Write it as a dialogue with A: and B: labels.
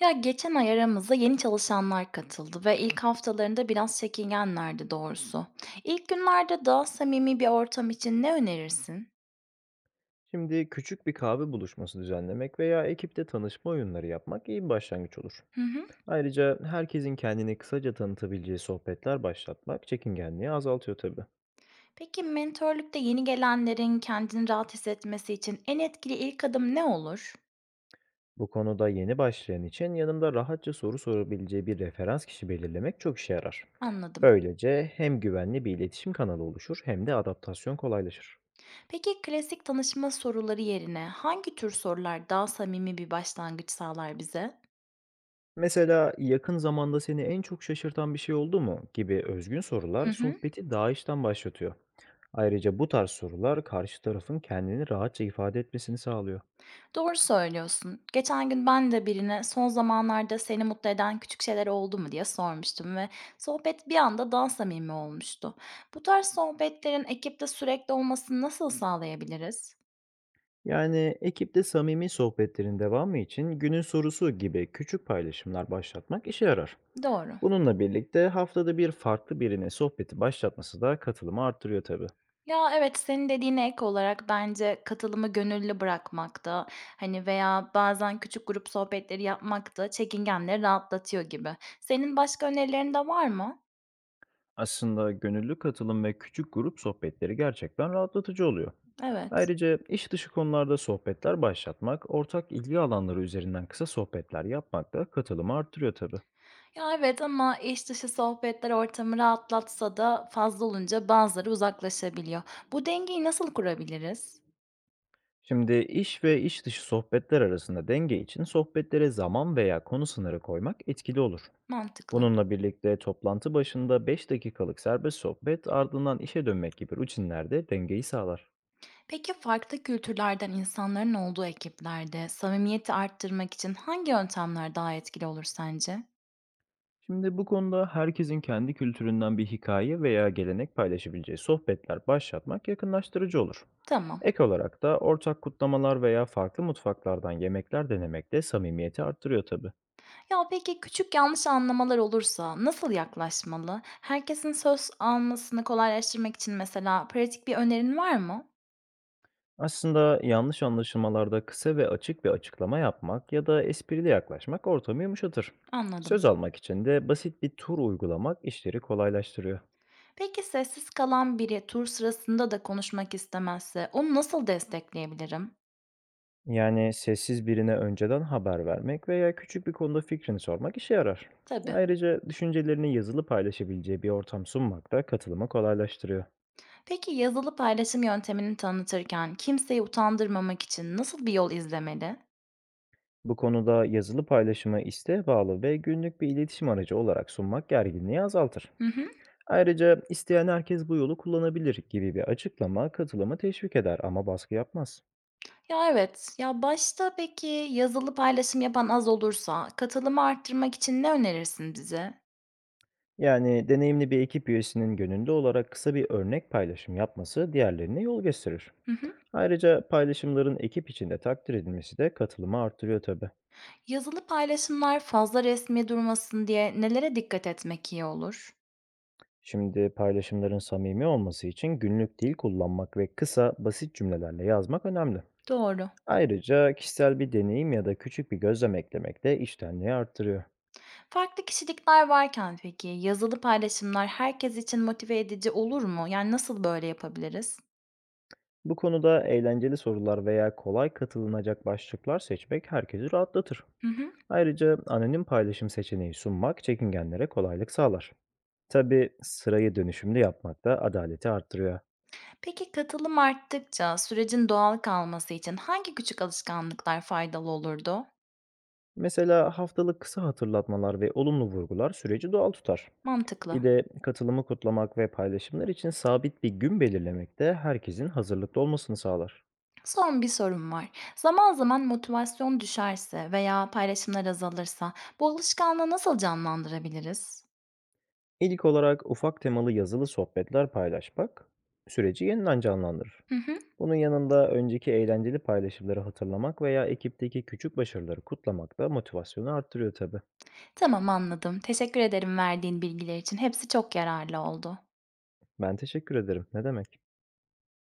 A: Ya geçen ay aramıza yeni çalışanlar katıldı ve ilk haftalarında biraz çekingenlerdi doğrusu. İlk günlerde daha samimi bir ortam için ne önerirsin?
B: Şimdi küçük bir kahve buluşması düzenlemek veya ekipte tanışma oyunları yapmak iyi bir başlangıç olur.
A: Hı hı.
B: Ayrıca herkesin kendini kısaca tanıtabileceği sohbetler başlatmak çekingenliği azaltıyor tabii.
A: Peki mentörlükte yeni gelenlerin kendini rahat hissetmesi için en etkili ilk adım ne olur?
B: Bu konuda yeni başlayan için yanında rahatça soru sorabileceği bir referans kişi belirlemek çok işe yarar.
A: Anladım.
B: Böylece hem güvenli bir iletişim kanalı oluşur hem de adaptasyon kolaylaşır.
A: Peki klasik tanışma soruları yerine hangi tür sorular daha samimi bir başlangıç sağlar bize?
B: Mesela yakın zamanda seni en çok şaşırtan bir şey oldu mu gibi özgün
A: Hı
B: sorular
A: hı.
B: sohbeti daha içten başlatıyor. Ayrıca bu tarz sorular karşı tarafın kendini rahatça ifade etmesini sağlıyor.
A: Doğru söylüyorsun. Geçen gün ben de birine son zamanlarda seni mutlu eden küçük şeyler oldu mu diye sormuştum ve sohbet bir anda daha samimi olmuştu. Bu tarz sohbetlerin ekipte sürekli olmasını nasıl sağlayabiliriz?
B: Yani ekipte samimi sohbetlerin devamı için günün sorusu gibi küçük paylaşımlar başlatmak işe yarar.
A: Doğru.
B: Bununla birlikte haftada bir farklı birine sohbeti başlatması da katılımı artırıyor tabii.
A: Ya evet, senin dediğine ek olarak bence katılımı gönüllü bırakmakta hani veya bazen küçük grup sohbetleri yapmak da çekingenleri rahatlatıyor gibi. Senin başka önerilerin de var mı?
B: Aslında gönüllü katılım ve küçük grup sohbetleri gerçekten rahatlatıcı oluyor.
A: Evet.
B: Ayrıca iş dışı konularda sohbetler başlatmak, ortak ilgi alanları üzerinden kısa sohbetler yapmak da katılımı artırıyor tabii.
A: Ya, evet ama iş dışı sohbetler ortamı rahatlatsa da fazla olunca bazıları uzaklaşabiliyor. Bu dengeyi nasıl kurabiliriz?
B: Şimdi iş ve iş dışı sohbetler arasında denge için sohbetlere zaman veya konu sınırı koymak etkili olur.
A: Mantıklı.
B: Bununla birlikte toplantı başında 5 dakikalık serbest sohbet ardından işe dönmek gibi rutinler de dengeyi sağlar.
A: Peki farklı kültürlerden insanların olduğu ekiplerde samimiyeti arttırmak için hangi yöntemler daha etkili olur sence?
B: Şimdi bu konuda herkesin kendi kültüründen bir hikaye veya gelenek paylaşabileceği sohbetler başlatmak yakınlaştırıcı olur.
A: Tamam.
B: Ek olarak da ortak kutlamalar veya farklı mutfaklardan yemekler denemek de samimiyeti arttırıyor tabii.
A: Ya peki küçük yanlış anlamalar olursa nasıl yaklaşmalı? Herkesin söz almasını kolaylaştırmak için mesela pratik bir önerin var mı?
B: Aslında yanlış anlaşılmalarda kısa ve açık bir açıklama yapmak ya da esprili yaklaşmak ortamı yumuşatır.
A: Anladım.
B: Söz almak için de basit bir tur uygulamak işleri kolaylaştırıyor.
A: Peki sessiz kalan biri tur sırasında da konuşmak istemezse onu nasıl destekleyebilirim?
B: Yani sessiz birine önceden haber vermek veya küçük bir konuda fikrini sormak işe yarar.
A: Tabii.
B: Ayrıca düşüncelerini yazılı paylaşabileceği bir ortam sunmak da katılımı kolaylaştırıyor.
A: Peki yazılı paylaşım yöntemini tanıtırken kimseyi utandırmamak için nasıl bir yol izlemeli?
B: Bu konuda yazılı paylaşımı isteğe bağlı ve günlük bir iletişim aracı olarak sunmak gerginliği azaltır.
A: Hı hı.
B: Ayrıca isteyen herkes bu yolu kullanabilir gibi bir açıklama katılımı teşvik eder ama baskı yapmaz.
A: Ya evet. Ya başta peki yazılı paylaşım yapan az olursa katılımı arttırmak için ne önerirsin bize?
B: Yani deneyimli bir ekip üyesinin gönüllü olarak kısa bir örnek paylaşım yapması diğerlerine yol gösterir.
A: Hı hı.
B: Ayrıca paylaşımların ekip içinde takdir edilmesi de katılımı artırıyor tabii.
A: Yazılı paylaşımlar fazla resmi durmasın diye nelere dikkat etmek iyi olur?
B: Şimdi paylaşımların samimi olması için günlük dil kullanmak ve kısa, basit cümlelerle yazmak önemli.
A: Doğru.
B: Ayrıca kişisel bir deneyim ya da küçük bir gözlem eklemek de iştenliği artırıyor.
A: Farklı kişilikler varken peki, yazılı paylaşımlar herkes için motive edici olur mu? Yani, nasıl böyle yapabiliriz?
B: Bu konuda eğlenceli sorular veya kolay katılınacak başlıklar seçmek herkesi rahatlatır.
A: Hı hı.
B: Ayrıca anonim paylaşım seçeneği sunmak çekingenlere kolaylık sağlar. Tabii sırayı dönüşümlü yapmak da adaleti arttırıyor.
A: Peki katılım arttıkça sürecin doğal kalması için hangi küçük alışkanlıklar faydalı olurdu?
B: Mesela haftalık kısa hatırlatmalar ve olumlu vurgular süreci doğal tutar.
A: Mantıklı.
B: Bir de katılımı kutlamak ve paylaşımlar için sabit bir gün belirlemek de herkesin hazırlıklı olmasını sağlar.
A: Son bir sorum var. Zaman zaman motivasyon düşerse veya paylaşımlar azalırsa bu alışkanlığı nasıl canlandırabiliriz?
B: İlk olarak ufak temalı yazılı sohbetler paylaşmak süreci yeniden canlandırır.
A: Hı hı.
B: Bunun yanında önceki eğlenceli paylaşımları hatırlamak veya ekipteki küçük başarıları kutlamak da motivasyonu arttırıyor tabii.
A: Tamam, anladım. Teşekkür ederim verdiğin bilgiler için. Hepsi çok yararlı oldu.
B: Ben teşekkür ederim. Ne demek?